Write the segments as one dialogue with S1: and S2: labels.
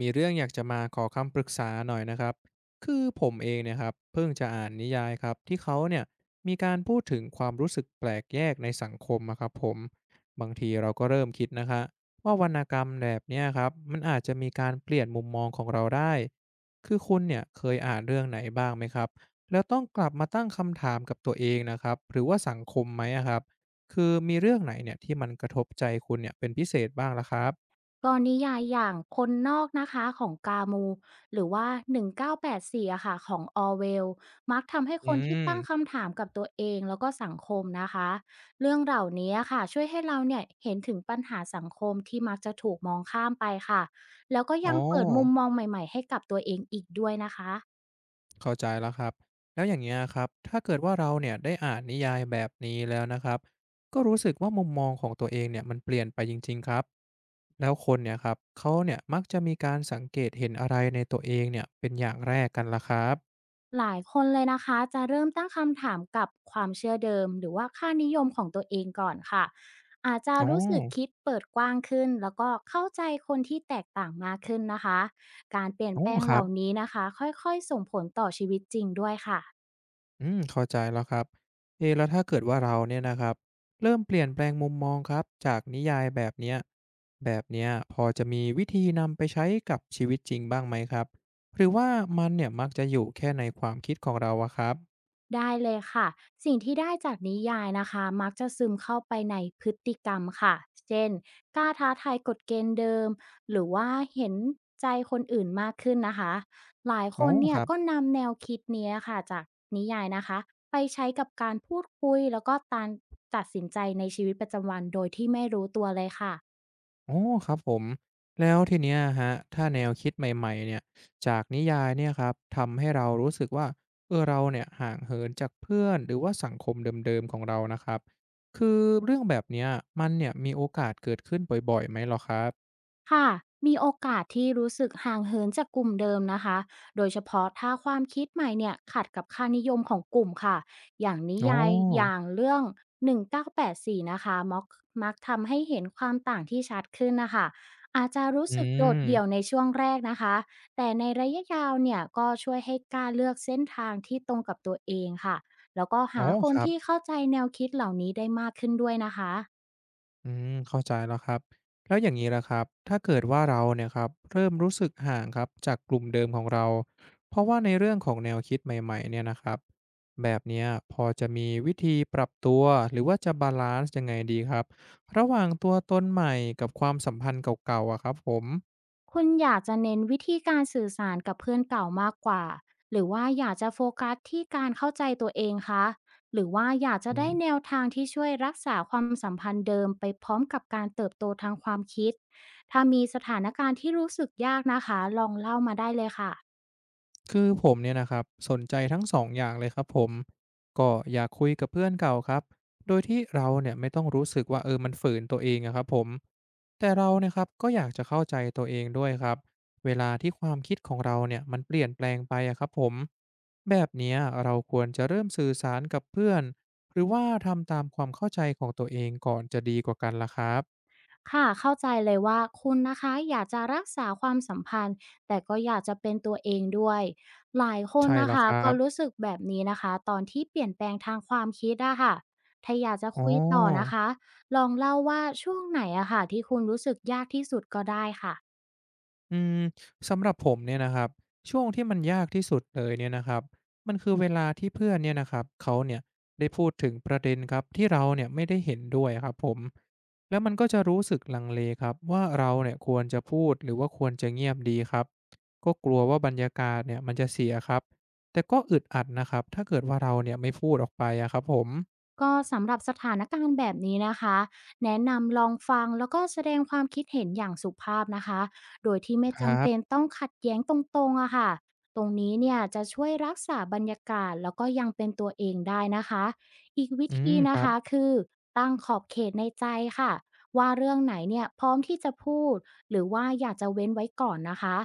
S1: มีเรื่องอยากจะมาขอคำปรึกษาหน่อยนะครับ คือผมเองเนี่ยครับเพิ่งจะอ่านนิยายครับที่เขาเนี่ยมีการพูดถึงความรู้สึกแปลกแยกในสังคมอะครับผมบางทีเราก็เริ่มคิดนะคะว่าวรรณกรรมแบบเนี้ยครับมันอาจจะมีการเปลี่ยนมุมมองของเราได้คือคุณเนี่ยเคยอ่านเรื่องไหนบ้างไหมครับแล้วต้องกลับมาตั้งคำถามกับตัวเองนะครับหรือว่าสังคมไหมอะครับคือมีเรื่องไหนเนี่ยที่มันกระทบใจคุณเนี่ยเป็นพิเศษบ้างล่ะครับ
S2: กรณียายอย่างคนนอกนะคะของกามูหรือว่า1 9 8่งเก้าแปดสี่อะค่ะของออเวลมักทำให้
S1: อื
S2: คนที่ตั้ง
S1: ม
S2: คำถามกับตัวเองแล้วก็สังคมนะคะเรื่องเหล่านี้ค่ะช่วยให้เราเนี่ยเห็นถึงปัญหาสังคมที่มักจะถูกมองข้ามไปค่ะแล้วก็
S1: อ๋อ
S2: ยังเปิดมุมมองใหม่ๆให้กับตัวเองอีกด้วยนะคะ
S1: เข้าใจแล้วครับแล้วอย่างเงี้ยครับถ้าเกิดว่าเราเนี่ยได้อ่านนิยายแบบนี้แล้วนะครับก็รู้สึกว่ามุมมองของตัวเองเนี่ยมันเปลี่ยนไปจริงๆครับแล้วคนเนี่ยครับเขาเนี่ยมักจะมีการสังเกตเห็นอะไรในตัวเองเนี่ยเป็นอย่างแรกกันล่ะครับ
S2: หลายคนเลยนะคะจะเริ่มตั้งคำถามกับความเชื่อเดิมหรือว่าค่านิยมของตัวเองก่อนค่ะอาจจะ
S1: อ๋อ
S2: รู้สึกคิดเปิดกว้างขึ้นแล้วก็เข้าใจคนที่แตกต่างมากขึ้นนะคะการเปลี่ยน
S1: อ๋อ
S2: แปลง
S1: ค
S2: เห
S1: รั
S2: ล่า
S1: บ
S2: นี้นะคะค่อยๆส่งผลต่อชีวิตจริงด้วยค่ะ
S1: อืมเข้าใจแล้วครับเอะแล้วถ้าเกิดว่าเราเนี่ยนะครับเริ่มเปลี่ยนแปลงมุมมองครับจากนิยายแบบเนี้ยพอจะมีวิธีนำไปใช้กับชีวิตจริงบ้างไหมครับหรือว่ามันเนี่ยมักจะอยู่แค่ในความคิดของเราอะครับ
S2: ได้เลยค่ะสิ่งที่ได้จากนิยายนะคะมักจะซึมเข้าไปในพฤติกรรมค่ะเช่นกล้าท้าทายกฎเกณฑ์เดิมหรือว่าเห็นใจคนอื่นมากขึ้นนะคะหลายค
S1: อ๋อ
S2: นเนี่
S1: ค
S2: ย
S1: รับ
S2: ก็นำแนวคิดเนี้ยค่ะจากนิยายนะคะไปใช้กับการพูดคุยแล้วก็การตัดสินใจในชีวิตประจำวันโดยที่ไม่รู้ตัวเลยค่ะ
S1: โอ้ครับผมแล้วทีเนี้ยอะครับถ้าแนวคิดใหม่ๆเนี่ยจากนิยายเนี่ยครับทำให้เรารู้สึกว่าเออเราเนี่ยห่างเหินจากเพื่อนหรือว่าสังคมเดิมๆของเรานะครับคือเรื่องแบบเนี้ยมันเนี่ยมีโอกาสเกิดขึ้นบ่อยๆไหมเหรอครับ
S2: ค่ะมีโอกาสที่รู้สึกห่างเหินจากกลุ่มเดิมนะคะโดยเฉพาะถ้าความคิดใหม่เนี่ยขัดกับค่านิยมของกลุ่มค่ะอย่างนิ
S1: อ๋อ
S2: ยายอย่างเรื่อง1984นงเก้าแปดสี่นะคะมักทำให้เห็นความต่างที่ชัดขึ้นนะคะอาจจะรู้
S1: อื
S2: สึกโดด
S1: ม
S2: เดี่ยวในช่วงแรกนะคะแต่ในระยะยาวเนี่ยก็ช่วยให้กล้าเลือกเส้นทางที่ตรงกับตัวเองค่ะแล้วก็
S1: อ๋อ
S2: หาค
S1: ค
S2: น
S1: รับ
S2: ที่เข้าใจแนวคิดเหล่านี้ได้มากขึ้นด้วยนะคะ
S1: อืมเข้าใจแล้วครับแล้วอย่างนี้ละครับถ้าเกิดว่าเราเนี่ยครับเริ่มรู้สึกห่างครับจากกลุ่มเดิมของเราเพราะว่าในเรื่องของแนวคิดใหม่ๆเนี่ยนะครับแบบเนี้ยพอจะมีวิธีปรับตัวหรือว่าจะบาลานซ์ยังไงดีครับระหว่างตัวตนใหม่กับความสัมพันธ์เก่าๆอะครับผ
S2: คุณอยากจะเน้นวิธีการสื่อสารกับเพื่อนเก่ามากกว่าหรือว่าอยากจะโฟกัสที่การเข้าใจตัวเองคะหรือว่าอยากจะได้
S1: ม
S2: แนวทางที่ช่วยรักษาความสัมพันธ์เดิมไปพร้อมกับการเติบโตทางความคิดถ้ามีสถานการณ์ที่รู้สึกยากนะคะลองเล่ามาได้เลยค่ะ
S1: คือผมเนี่ยนะครับสนใจทั้งสองอย่างเลยครับผมก็อยากคุยกับเพื่อนเก่าครับโดยที่เราเนี่ยไม่ต้องรู้สึกว่าเออมันฝืนตัวเองอะครับผมแต่เราเนี่ยครับก็อยากจะเข้าใจตัวเองด้วยครับเวลาที่ความคิดของเราเนี่ยมันเปลี่ยนแปลงไปอะครับผมแบบเนี้ยเราควรจะเริ่มสื่อสารกับเพื่อนหรือว่าทำตามความเข้าใจของตัวเองก่อนจะดีกว่ากันล่ะครับ
S2: ค่ะเข้าใจเลยว่าคุณนะคะอยากจะรักษาความสัมพันธ์แต่ก็อยากจะเป็นตัวเองด้วยหลายคน
S1: ใช่
S2: นะ
S1: แล้ว
S2: คะ
S1: ครั
S2: ก็
S1: บ
S2: รู้สึกแบบนี้นะคะตอนที่เปลี่ยนแปลงทางความคิดอะค่ะถ้าอยากจะ
S1: อ๋อ
S2: คุยต่อนะคะลองเล่าว่าช่วงไหนอะค่ะที่คุณรู้สึกยากที่สุดก็ได้ค่ะ
S1: อืมสำหรับผมเนี่ยนะครับช่วงที่มันยากที่สุดเลยเนี่ยนะครับมันคือเวลาที่เพื่อนเนี่ยนะครับเขาเนี่ยได้พูดถึงประเด็นครับที่เราเนี่ยไม่ได้เห็นด้วยครับผมแล้วมันก็จะรู้สึกลังเลครับว่าเราเนี่ยควรจะพูดหรือว่าควรจะเงียบดีครับก็กลัวว่าบรรยากาศเนี่ยมันจะเสียครับแต่ก็อึดอัดนะครับถ้าเกิดว่าเราเนี่ยไม่พูดออกไปอะครับผม
S2: ก็สำหรับสถานการณ์แบบนี้นะคะแนะนำลองฟังแล้วก็แสดงความคิดเห็นอย่างสุภาพนะคะโดยที่ไม่
S1: ครั
S2: จำเป็น
S1: บ
S2: ต้องขัดแย้งตรงๆอะค่ะตรงนี้เนี่ยจะช่วยรักษาบรรยากาศแล้วก็ยังเป็นตัวเองได้นะคะอีกวิ
S1: อื
S2: ธี
S1: มค
S2: นะ
S1: รับ
S2: คะคือตั้งขอบเขตในใจค่ะว่าเรื่องไหนเนี่ยพร้อมที่จะพูดหรือว่าอยากจะเว้นไว้ก่อนนะคะ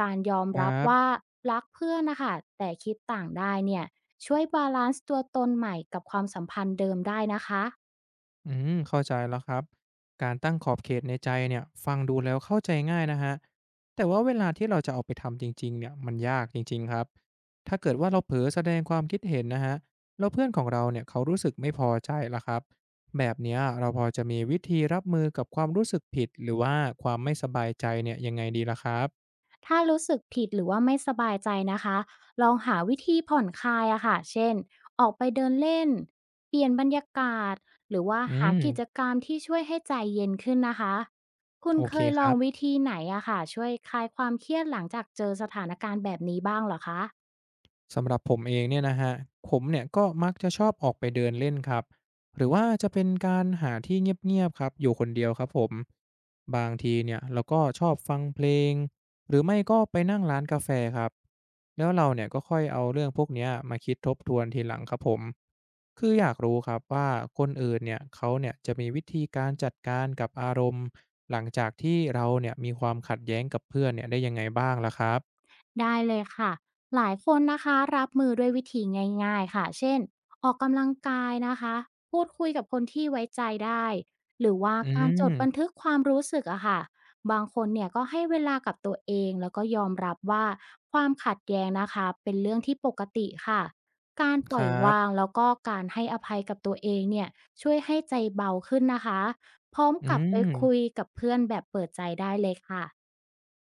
S2: การยอม
S1: คร
S2: รับ
S1: ั
S2: ว่า
S1: บ
S2: รักเพื่อนนะคะแต่คิดต่างได้เนี่ย ช่วยบาลานซ์ตัวตนใหม่กับความสัมพันธ์เดิมได้นะคะ
S1: อืมเข้าใจแล้วครับการตั้งขอบเขตในใจเนี่ยฟังดูแล้วเข้าใจง่ายนะฮะแต่ว่าเวลาที่เราจะเอาไปทำจริงๆเนี่ยมันยากจริงๆครับถ้าเกิดว่าเราเผลอแสดงความคิดเห็นนะฮะแล้วเพื่อนของเราเนี่ยเขารู้สึกไม่พอใจละครับแบบเนี้ยเราพอจะมีวิธีรับมือกับความรู้สึกผิดหรือว่าความไม่สบายใจเนี่ยยังไงดีล่ะครับ
S2: ถ้ารู้สึกผิดหรือว่าไม่สบายใจนะคะลองหาวิธีผ่อนคลายอะค่ะเช่นออกไปเดินเล่นเปลี่ยนบรรยากาศหรือว่า
S1: อื
S2: หา
S1: ม
S2: กิจกรรมที่ช่วยให้ใจเย็นขึ้นนะคะคุณ
S1: โอ
S2: เค
S1: เค
S2: ย
S1: ค
S2: ลอ
S1: รั
S2: ง
S1: บ
S2: วิธีไหนอะค่ะช่วยคลายความเครียดหลังจากเจอสถานการณ์แบบนี้บ้างเหรอคะ
S1: สำหรับผมเองเนี่ยนะฮะผมเนี่ยก็มักจะชอบออกไปเดินเล่นครับหรือว่าจะเป็นการหาที่เงียบๆครับอยู่คนเดียวครับผมบางทีเนี่ยเราก็ชอบฟังเพลงหรือไม่ก็ไปนั่งร้านกาแฟครับแล้วเราเนี่ยก็ค่อยเอาเรื่องพวกเนี้ยมาคิดทบทวนทีหลังครับผมคืออยากรู้ครับว่าคนอื่นเนี่ยเขาเนี่ยจะมีวิธีการจัดการกับอารมณ์หลังจากที่เราเนี่ยมีความขัดแย้งกับเพื่อนเนี่ยได้ยังไงบ้างล่ะครับ
S2: ได้เลยค่ะหลายคนนะคะรับมือด้วยวิธีง่ายๆค่ะเช่นออกกำลังกายนะคะพูดคุยกับคนที่ไว้ใจได้หรือว่า
S1: อื
S2: การจดบัน
S1: ม
S2: ทึกความรู้สึกอะค่ะบางคนเนี่ยก็ให้เวลากับตัวเองแล้วก็ยอมรับว่าความขัดแย้งนะคะเป็นเรื่องที่ปกติค่ะการป
S1: ค
S2: ล่อย
S1: รั
S2: วาง
S1: บ
S2: แล้วก็การให้อภัยกับตัวเองเนี่ยช่วยให้ใจเบาขึ้นนะคะพร้อม
S1: อื
S2: กลับไปคุย
S1: ม
S2: กับเพื่อนแบบเปิดใจได้เลยค่ะ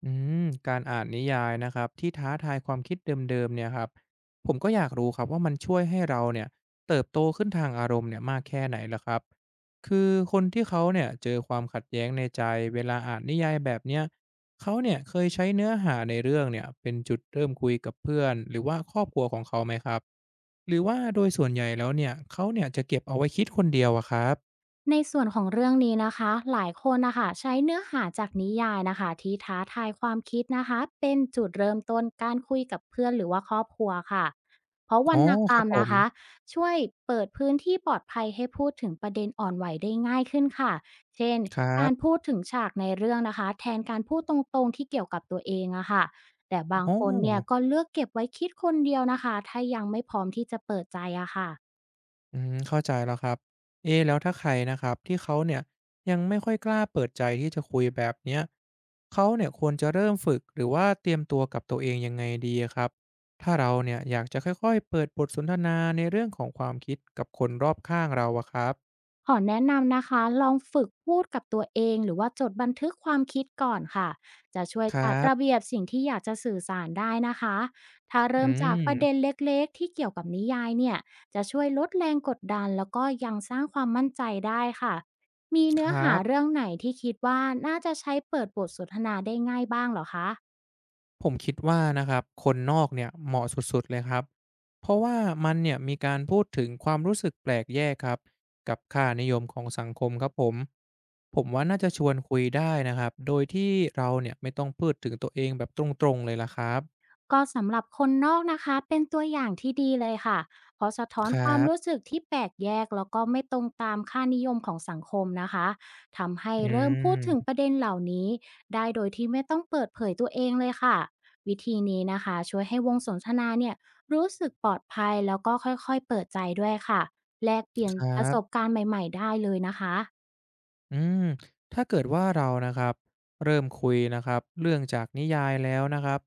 S1: อืมการอ่านนิยายนะครับที่ท้าทายความคิดเดิมๆเนี่ยครับผมก็อยากรู้ครับว่ามันช่วยให้เราเนี่ยเติบโตขึ้นทางอารมณ์เนี่ยมากแค่ไหนล่ะครับคือคนที่เขาเนี่ยเจอความขัดแย้งในใจเวลาอ่านนิยายแบบเนี้ยเขาเนี่ยเคยใช้เนื้อหาในเรื่องเนี่ยเป็นจุดเริ่มคุยกับเพื่อนหรือว่าครอบครัวของเขาไหมครับหรือว่าโดยส่วนใหญ่แล้วเนี่ยเขาเนี่ยจะเก็บเอาไว้คิดคนเดียวอะครับ
S2: ในส่วนของเรื่องนี้นะคะหลายคนนะคะใช้เนื้อหาจากนิยายนะคะที่ท้าทายความคิดนะคะเป็นจุดเริ่มต้นการคุยกับเพื่อนหรือว่าครอบครัวค่ะเพราะว
S1: อ๋
S2: ร
S1: อ
S2: รณก
S1: ค
S2: รร
S1: รับ
S2: ม
S1: ผ
S2: นะ
S1: ม
S2: คะช่วยเปิดพื้นที่ปลอดภัยให้พูดถึงประเด็นอ่อนไหวได้ง่ายขึ้นค่ะเช่น
S1: ครั
S2: การพู
S1: บ
S2: ดถึงฉากในเรื่องนะคะแทนการพูดตรงๆที่เกี่ยวกับตัวเองอะค่ะแต่บาง
S1: อ๋อ
S2: คนเนี่ยก็เลือกเก็บไว้คิดคนเดียวนะคะถ้ายังไม่พร้อมที่จะเปิดใจอะค่ะ
S1: เข้าใจแล้วครับเอะแล้วถ้าใครนะครับที่เขาเนี่ยยังไม่ค่อยกล้าเปิดใจที่จะคุยแบบเนี้ยเขาเนี่ยควรจะเริ่มฝึกหรือว่าเตรียมตัวกับตัวเองยังไงดีครับถ้าเราเนี่ยอยากจะค่อยๆเปิดบทสนทนาในเรื่องของความคิดกับคนรอบข้างเราอะครับ
S2: ขอแนะนำนะคะลองฝึกพูดกับตัวเองหรือว่าจดบันทึกความคิดก่อนค่ะจะช่วย
S1: ครั
S2: จัดระ
S1: บ
S2: เบียบสิ่งที่อยากจะสื่อสารได้นะคะถ้า
S1: อื
S2: เริ่มจากประเด็น
S1: ม
S2: เล็กๆที่เกี่ยวกับนิยายเนี่ยจะช่วยลดแรงกดดันแล้วก็ยังสร้างความมั่นใจได้ค่ะมี
S1: ค
S2: เนื้อ
S1: รั
S2: หา
S1: บ
S2: เรื่องไหนที่คิดว่าน่าจะใช้เปิดบทสนทนาได้ง่ายบ้างเหรอคะ
S1: ผมคิดว่านะครับคนนอกเนี่ยเหมาะสุดๆเลยครับเพราะว่ามันเนี่ยมีการพูดถึงความรู้สึกแปลกแยกครับกับค่านิยมของสังคมครับผมผมว่าน่าจะชวนคุยได้นะครับโดยที่เราเนี่ยไม่ต้องพูดถึงตัวเองแบบตรงๆเลยล่ะครับ
S2: ก็สำหรับคนนอกนะคะเป็นตัวอย่างที่ดีเลยค่ะเพราะสะท้อ
S1: ค
S2: น
S1: รั
S2: ความรู้
S1: บ
S2: สึกที่แปลกแยกแล้วก็ไม่ตรงตามค่านิยมของสังคมนะคะทำให้
S1: อื
S2: เริ่มพูดถึงประ
S1: ม
S2: เด็นเหล่านี้ได้โดยที่ไม่ต้องเปิดเผยตัวเองเลยค่ะวิธีนี้นะคะช่วยให้วงสนทนาเนี่ยรู้สึกปลอดภัยแล้วก็ค่อยๆเปิดใจด้วยค่ะแลกเปลี่ยน
S1: ครั
S2: ประสบ
S1: บ
S2: การณ์ใหม่ๆได้เลยนะคะ
S1: อืมถ้าเกิดว่าเรานะครับเริ่มคุยนะครับเรื่องจากนิยายแล้วนะครับ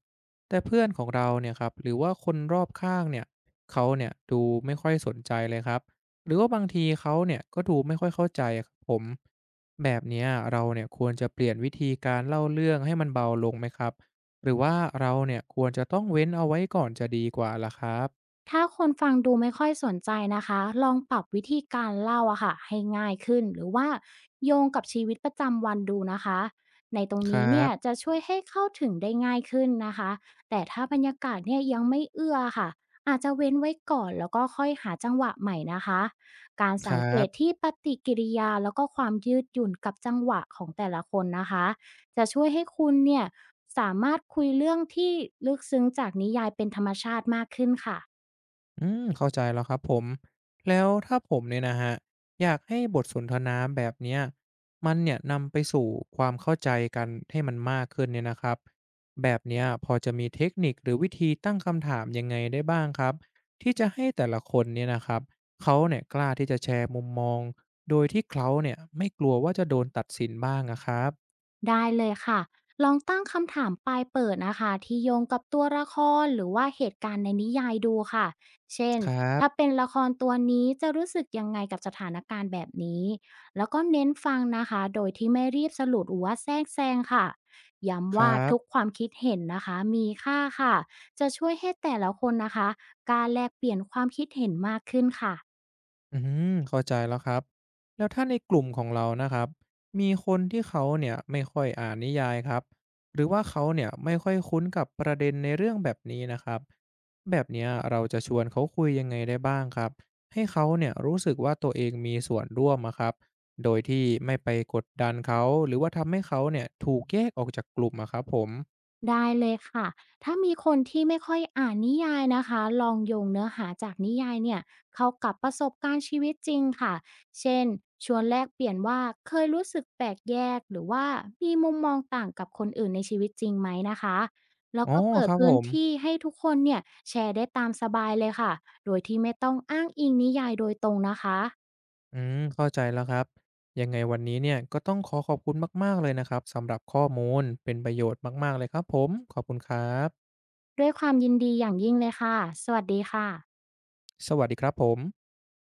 S1: แต่เพื่อนของเราเนี่ยครับหรือว่าคนรอบข้างเนี่ยเขาเนี่ยดูไม่ค่อยสนใจเลยครับหรือว่าบางทีเขาเนี่ยก็ดูไม่ค่อยเข้าใจครับผมแบบเนี้ยเราเนี่ยควรจะเปลี่ยนวิธีการเล่าเรื่องให้มันเบาลงไหมครับหรือว่าเราเนี่ยควรจะต้องเว้นเอาไว้ก่อนจะดีกว่าล่ะครับ
S2: ถ้าคนฟังดูไม่ค่อยสนใจนะคะลองปรับวิธีการเล่าอะค่ะให้ง่ายขึ้นหรือว่าโยงกับชีวิตประจำวันดูนะคะในตรง
S1: ครั
S2: นี้เนี่ย
S1: บ
S2: จะช่วยให้เข้าถึงได้ง่ายขึ้นนะคะแต่ถ้าบรรยากาศเนี่ยยังไม่เอื้อค่ะอาจจะเว้นไว้ก่อนแล้วก็ค่อยหาจังหวะใหม่นะคะการ
S1: ค
S2: สัง
S1: รั
S2: เกตที่
S1: บ
S2: ปฏิกิริยาแล้วก็ความยืดหยุ่นกับจังหวะของแต่ละคนนะคะจะช่วยให้คุณเนี่ยสามารถคุยเรื่องที่ลึกซึ้งจากนิยายเป็นธรรมชาติมากขึ้นค่ะ
S1: เข้าใจแล้วครับผมแล้วถ้าผมเนี่ยนะฮะอยากให้บทสนทนาแบบเนี้ยมันเนี่ยนำไปสู่ความเข้าใจกันให้มันมากขึ้นเนี่ยนะครับแบบเนี้ยพอจะมีเทคนิคหรือวิธีตั้งคำถามยังไงได้บ้างครับที่จะให้แต่ละคนเนี่ยนะครับเขาเนี่ยกล้าที่จะแชร์มุมมองโดยที่เขาเนี่ยไม่กลัวว่าจะโดนตัดสินบ้างอะครับ
S2: ได้เลยค่ะ ลองตั้งคำถามปลายเปิดนะคะที่โยงกับตัวละครหรือว่าเหตุการณ์ในนิยายดูค่ะ เช่น
S1: ครั
S2: ถ้า
S1: บ
S2: เป็นละครตัวนี้จะรู้สึกยังไงกับสถานการณ์แบบนี้แล้วก็เน้นฟังนะคะโดยที่ไม่รีบสรุปหรือว่าแทรกแซงค่ะ
S1: ค
S2: ย้ำว่า
S1: รั
S2: ทุก
S1: บ
S2: ความคิดเห็นนะคะมีค่าค่ะ จะช่วยให้แต่ละคนนะคะกล้ารแลกเปลี่ยนความคิดเห็นมากขึ้นค่ะ
S1: อืเข้าใจแล้วครับแล้วถ้าในกลุ่มของเรานะครับมีคนที่เขาเนี่ยไม่ค่อยอ่านนิยายครับหรือว่าเขาเนี่ยไม่ค่อยคุ้นกับประเด็นในเรื่องแบบนี้นะครับแบบเนี้ยเราจะชวนเขาคุยยังไงได้บ้างครับให้เขาเนี่ยรู้สึกว่าตัวเองมีส่วนร่วมอะครับโดยที่ไม่ไปกดดันเขาหรือว่าทำให้เขาเนี่ยถูกแยกออกจากกลุ่มอะครับผม
S2: ได้เลยค่ะ ถ้ามีคนที่ไม่ค่อยอ่านนิยายนะคะลองโยงเนื้อหาจากนิยายเนี่ยเข้ากับประสบการณ์ชีวิตจริงค่ะ เช่นชวนแลกเปลี่ยนว่าเคยรู้สึกแปลกแยกหรือว่ามีมุมมองต่างกับคนอื่นในชีวิตจริงไหมนะคะแล้ว
S1: อ๋อ
S2: ก็เปิ
S1: ค
S2: ด
S1: รับผ
S2: พื้น
S1: ม
S2: ที่ให้ทุกคนเนี่ยแชร์ได้ตามสบายเลยค่ะโดยที่ไม่ต้องอ้างอิงนิยายโดยตรงนะคะ
S1: เข้าใจแล้วครับยังไงวันนี้เนี่ยก็ต้องขอขอบคุณมากๆเลยนะครับสำหรับข้อมูลเป็นประโยชน์มากๆเลยครับผมขอบคุณครับ
S2: ด้วยความยินดีอย่างยิ่งเลยค่ะสวัสดีค่ะ
S1: สวัสดีครับผม